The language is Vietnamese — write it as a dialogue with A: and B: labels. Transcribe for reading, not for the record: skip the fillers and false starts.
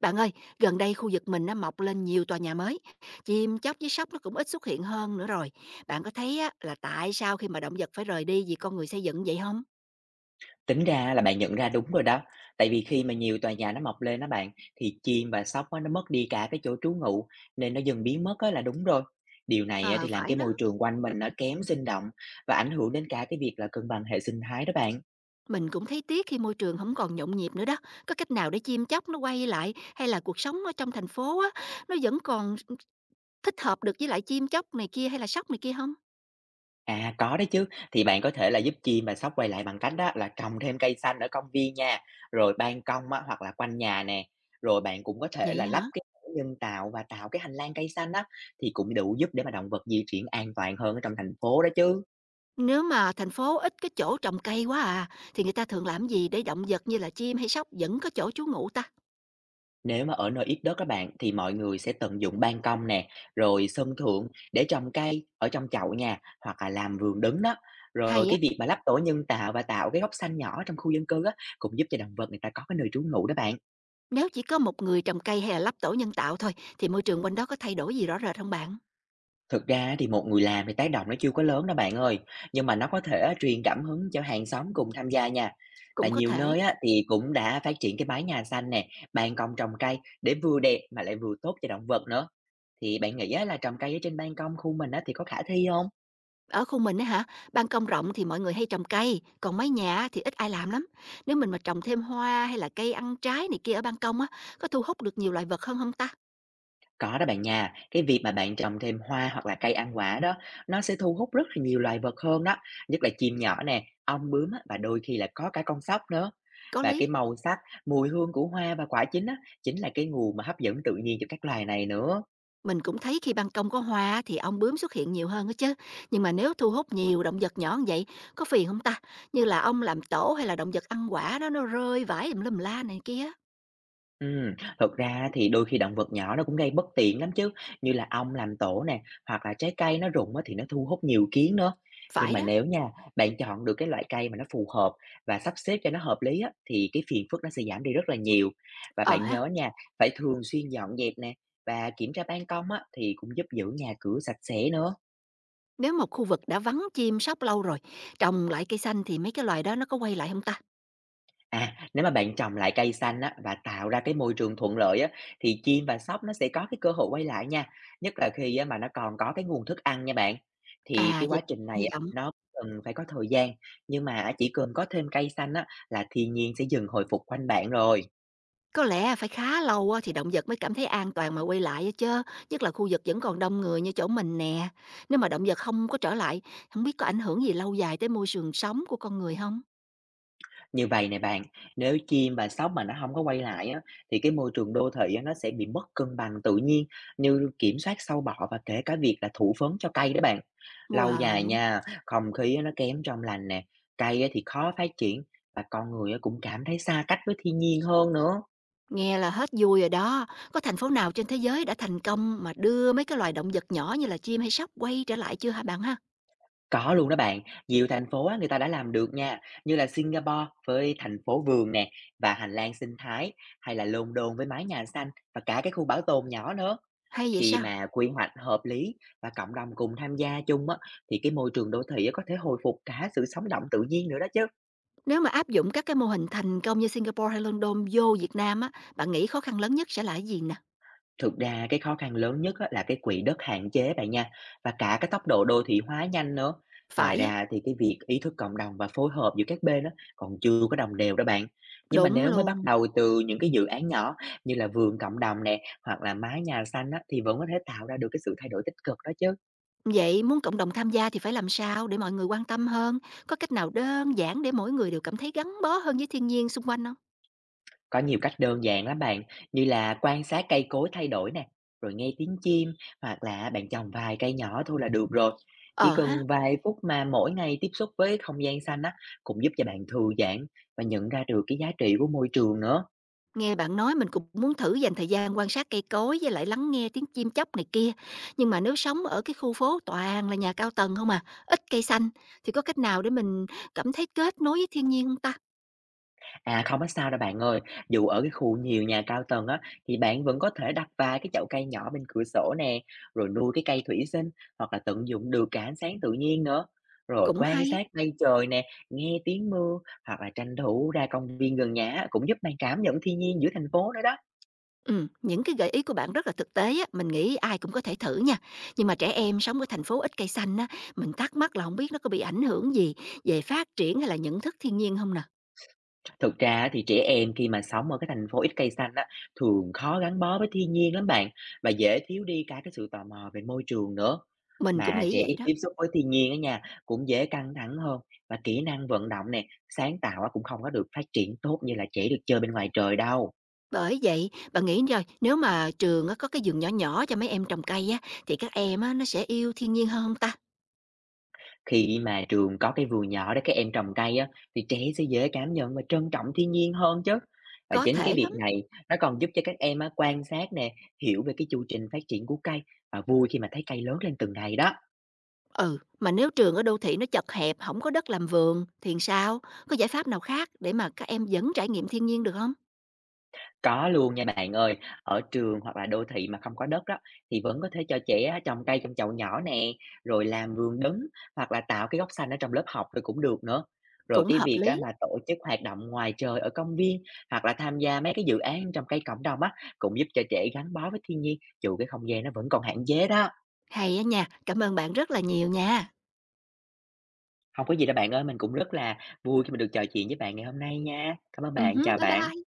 A: Bạn ơi, gần đây khu vực mình nó mọc lên nhiều tòa nhà mới, chim chóc với sóc nó cũng ít xuất hiện hơn nữa rồi. Bạn có thấy á, là tại sao khi mà động vật phải rời đi vì con người xây dựng vậy không?
B: Tính ra là bạn nhận ra đúng rồi đó, tại vì khi mà nhiều tòa nhà nó mọc lên đó bạn, thì chim và sóc á, nó mất đi cả cái chỗ trú ngụ nên nó dần biến mất á là đúng rồi. Điều này á,
A: Ờ,
B: thì làm
A: phải
B: cái
A: đó.
B: môi trường quanh mình nó kém sinh động và ảnh hưởng đến cả cái việc là cân bằng hệ sinh thái đó bạn.
A: Mình cũng thấy tiếc khi môi trường không còn nhộn nhịp nữa đó. Có cách nào để chim chóc nó quay lại, hay là cuộc sống ở trong thành phố á, nó vẫn còn thích hợp được với lại chim chóc này kia hay là sóc này kia không?
B: À có đấy chứ, thì bạn có thể là giúp chim và sóc quay lại bằng cách đó là trồng thêm cây xanh ở công viên nha, rồi ban công á, hoặc là quanh nhà nè, rồi bạn cũng có thể
A: Vậy
B: là
A: hả?
B: lắp cái rãnh nhân tạo và tạo cái hành lang cây xanh á, thì cũng đủ giúp để mà động vật di chuyển an toàn hơn ở trong thành phố đó chứ.
A: Nếu mà thành phố ít cái chỗ trồng cây quá à, thì người ta thường làm gì để động vật như là chim hay sóc vẫn có chỗ trú ngụ ta?
B: Nếu mà ở nơi ít đất các bạn, thì mọi người sẽ tận dụng ban công nè, rồi sân thượng để trồng cây ở trong chậu nhà hoặc là làm vườn đứng đó. Rồi
A: Hay á.
B: cái việc mà lắp tổ nhân tạo và tạo cái góc xanh nhỏ trong khu dân cư á, cũng giúp cho động vật người ta có cái nơi trú ngụ đó bạn.
A: Nếu chỉ có một người trồng cây hay là lắp tổ nhân tạo thôi thì môi trường quanh đó có thay đổi gì rõ rệt không bạn?
B: Thực ra thì một người làm thì tác động nó chưa có lớn đó bạn ơi, nhưng mà nó có thể truyền cảm hứng cho hàng xóm cùng tham gia nha. Và
A: Cũng có
B: nhiều
A: thể.
B: nơi á, thì cũng đã phát triển cái mái nhà xanh nè, ban công trồng cây để vừa đẹp mà lại vừa tốt cho động vật nữa. Thì bạn nghĩ á là trồng cây ở trên ban công khu mình á thì có khả thi không?
A: Ở khu mình á hả, ban công rộng thì mọi người hay trồng cây, còn mái nhà á thì ít ai làm lắm. Nếu mình mà trồng thêm hoa hay là cây ăn trái này kia ở ban công á, có thu hút được nhiều loài vật hơn không ta?
B: Có đó bạn nha, cái việc mà bạn trồng thêm hoa hoặc là cây ăn quả đó, nó sẽ thu hút rất là nhiều loài vật hơn đó, nhất là chim nhỏ nè, ong bướm á, và đôi khi là có cả con sóc nữa.
A: Có
B: Và
A: lý.
B: cái màu sắc, mùi hương của hoa và quả chín á, chính là cái nguồn mà hấp dẫn tự nhiên cho các loài này nữa.
A: Mình cũng thấy khi ban công có hoa á thì ong bướm xuất hiện nhiều hơn á chứ. Nhưng mà nếu thu hút nhiều động vật nhỏ như vậy, có phiền không ta? Như là ong làm tổ hay là động vật ăn quả đó nó rơi vãi tùm lum la này kia.
B: Ừm, thực ra thì đôi khi động vật nhỏ nó cũng gây bất tiện lắm chứ, như là ong làm tổ nè, hoặc là trái cây nó rụng á thì nó thu hút nhiều kiến nữa. Nhưng
A: Phải
B: mà
A: đó.
B: nếu nha, bạn chọn được cái loại cây mà nó phù hợp và sắp xếp cho nó hợp lý á, thì cái phiền phức nó sẽ giảm đi rất là nhiều. Và
A: Ờ
B: bạn
A: ha.
B: nhớ nha, phải thường xuyên dọn dẹp nè và kiểm tra ban công á, thì cũng giúp giữ nhà cửa sạch sẽ nữa.
A: Nếu một khu vực đã vắng chim sóc lâu rồi, trồng lại cây xanh thì mấy cái loài đó nó có quay lại không ta?
B: À, nếu mà bạn trồng lại cây xanh á, và tạo ra cái môi trường thuận lợi á, thì chim và sóc nó sẽ có cái cơ hội quay lại nha, nhất là khi á, mà nó còn có cái nguồn thức ăn nha bạn. Thì
A: À,
B: cái
A: vậy
B: quá trình
A: hy
B: này á,
A: vọng
B: nó cần phải có thời gian, nhưng mà chỉ cần có thêm cây xanh á, là thiên nhiên sẽ dần hồi phục quanh bạn rồi.
A: có lẽ phải khá lâu á thì động vật mới cảm thấy an toàn mà quay lại á chớ, nhất là khu vực vẫn còn đông người như chỗ mình nè. Nếu mà động vật không có trở lại, không biết có ảnh hưởng gì lâu dài tới môi trường sống của con người không.
B: Như vậy này bạn, nếu chim và sóc mà nó không có quay lại á, thì cái môi trường đô thị á, nó sẽ bị mất cân bằng tự nhiên như kiểm soát sâu bọ và kể cả việc là thụ phấn cho cây đó bạn. Lâu dài
A: Wow!
B: nha, không khí á, nó kém trong lành nè, cây á, thì khó phát triển và con người á, cũng cảm thấy xa cách với thiên nhiên hơn nữa.
A: Nghe là hết vui rồi đó. Có thành phố nào trên thế giới đã thành công mà đưa mấy cái loài động vật nhỏ như là chim hay sóc quay trở lại chưa hả bạn ha?
B: Có luôn đó bạn, nhiều thành phố á, người ta đã làm được nha, như là Singapore với thành phố vườn nè và hành lang sinh thái, hay là London với mái nhà xanh và cả cái khu bảo tồn nhỏ nữa.
A: Hay vậy
B: Khi
A: sao?
B: mà quy hoạch hợp lý và cộng đồng cùng tham gia chung á, thì cái môi trường đô thị á có thể hồi phục cả sự sống động tự nhiên nữa đó chứ.
A: Nếu mà áp dụng các cái mô hình thành công như Singapore hay London vô Việt Nam á, bạn nghĩ khó khăn lớn nhất sẽ là cái gì nè?
B: Thực ra cái khó khăn lớn nhất á, là cái quỹ đất hạn chế bạn nha và cả cái tốc độ đô thị hóa nhanh nữa. Ngoài
A: Phải á,
B: ra thì cái việc ý thức cộng đồng và phối hợp giữa các bên á, còn chưa có đồng đều đó bạn. Nhưng mà
A: đúng
B: nếu mới bắt
A: luôn.
B: đầu từ những cái dự án nhỏ như là vườn cộng đồng nè hoặc là mái nhà xanh á, thì vẫn có thể tạo ra được cái sự thay đổi tích cực đó chứ.
A: Vậy muốn cộng đồng tham gia thì phải làm sao để mọi người quan tâm hơn? Có cách nào đơn giản để mỗi người đều cảm thấy gắn bó hơn với thiên nhiên xung quanh không?
B: Có nhiều cách đơn giản lắm bạn, như là quan sát cây cối thay đổi nè, rồi nghe tiếng chim hoặc là bạn trồng vài cây nhỏ thôi là được rồi. Chỉ
A: Ờ ha,
B: cần vài phút mà mỗi ngày tiếp xúc với không gian xanh á cũng giúp cho bạn thư giãn và nhận ra được cái giá trị của môi trường nữa.
A: nghe bạn nói mình cũng muốn thử dành thời gian quan sát cây cối với lại lắng nghe tiếng chim chóc này kia. Nhưng mà nếu sống ở cái khu phố toàn là nhà cao tầng không à, ít cây xanh thì có cách nào để mình cảm thấy kết nối với thiên nhiên không ta?
B: À, không có sao đâu bạn ơi. Dù ở cái khu nhiều nhà cao tầng á, thì bạn vẫn có thể đặt vài cái chậu cây nhỏ bên cửa sổ nè, rồi nuôi cái cây thủy sinh hoặc là tận dụng được cả ánh sáng tự nhiên nữa. Rồi
A: Cũng
B: quan
A: hay.
B: sát mây trời nè, nghe tiếng mưa hoặc là tranh thủ ra công viên gần nhà á, cũng giúp bạn cảm nhận thiên nhiên giữa thành phố nữa đó.
A: Những cái gợi ý của bạn rất là thực tế á, mình nghĩ ai cũng có thể thử nha. Nhưng mà trẻ em sống ở thành phố ít cây xanh á, mình thắc mắc là không biết nó có bị ảnh hưởng gì về phát triển hay là nhận thức thiên nhiên không nè?
B: Thực ra thì trẻ em khi mà sống ở cái thành phố ít cây xanh á, thường khó gắn bó với thiên nhiên lắm bạn và dễ thiếu đi cả cái sự tò mò về môi trường nữa.
A: Mình cũng
B: Mà
A: nghĩ
B: trẻ
A: vậy
B: ít
A: đó.
B: tiếp xúc với thiên nhiên á nha, cũng dễ căng thẳng hơn và kỹ năng vận động nè, sáng tạo á cũng không có được phát triển tốt như là trẻ được chơi bên ngoài trời đâu.
A: Bởi vậy, bạn nghĩ rồi, nếu mà trường á có cái vườn nhỏ nhỏ cho mấy em trồng cây á, thì các em á nó sẽ yêu thiên nhiên hơn hông ta?
B: Khi mà trường có cái vườn nhỏ để các em trồng cây á, thì trẻ sẽ dễ cảm nhận và trân trọng thiên nhiên hơn chứ. Và
A: Có
B: chính
A: thể
B: cái
A: lắm.
B: việc này nó còn giúp cho các em á, quan sát nè, hiểu về cái chu trình phát triển của cây và vui khi mà thấy cây lớn lên từng ngày đó.
A: Ừ, mà nếu trường ở đô thị nó chật hẹp, không có đất làm vườn thì sao? Có giải pháp nào khác để mà các em vẫn trải nghiệm thiên nhiên được không?
B: Có luôn nha bạn ơi, ở trường hoặc là đô thị mà không có đất đó, thì vẫn có thể cho trẻ á, trồng cây trong chậu nhỏ nè, rồi làm vườn đứng hoặc là tạo cái góc xanh ở trong lớp học rồi cũng được nữa. Rồi
A: Cũng
B: cái
A: hợp
B: việc á,
A: lý.
B: mà tổ chức hoạt động ngoài trời ở công viên hoặc là tham gia mấy cái dự án trồng cây cộng đồng á, cũng giúp cho trẻ gắn bó với thiên nhiên, dù cái không gian nó vẫn còn hạn chế đó.
A: Hay á nha, cảm ơn bạn rất là nhiều nha.
B: Không có gì đâu bạn ơi, mình cũng rất là vui khi mình được trò chuyện với bạn ngày hôm nay nha. Cảm ơn bạn,
A: Hứm,
B: chào
A: bye
B: bạn.
A: bye.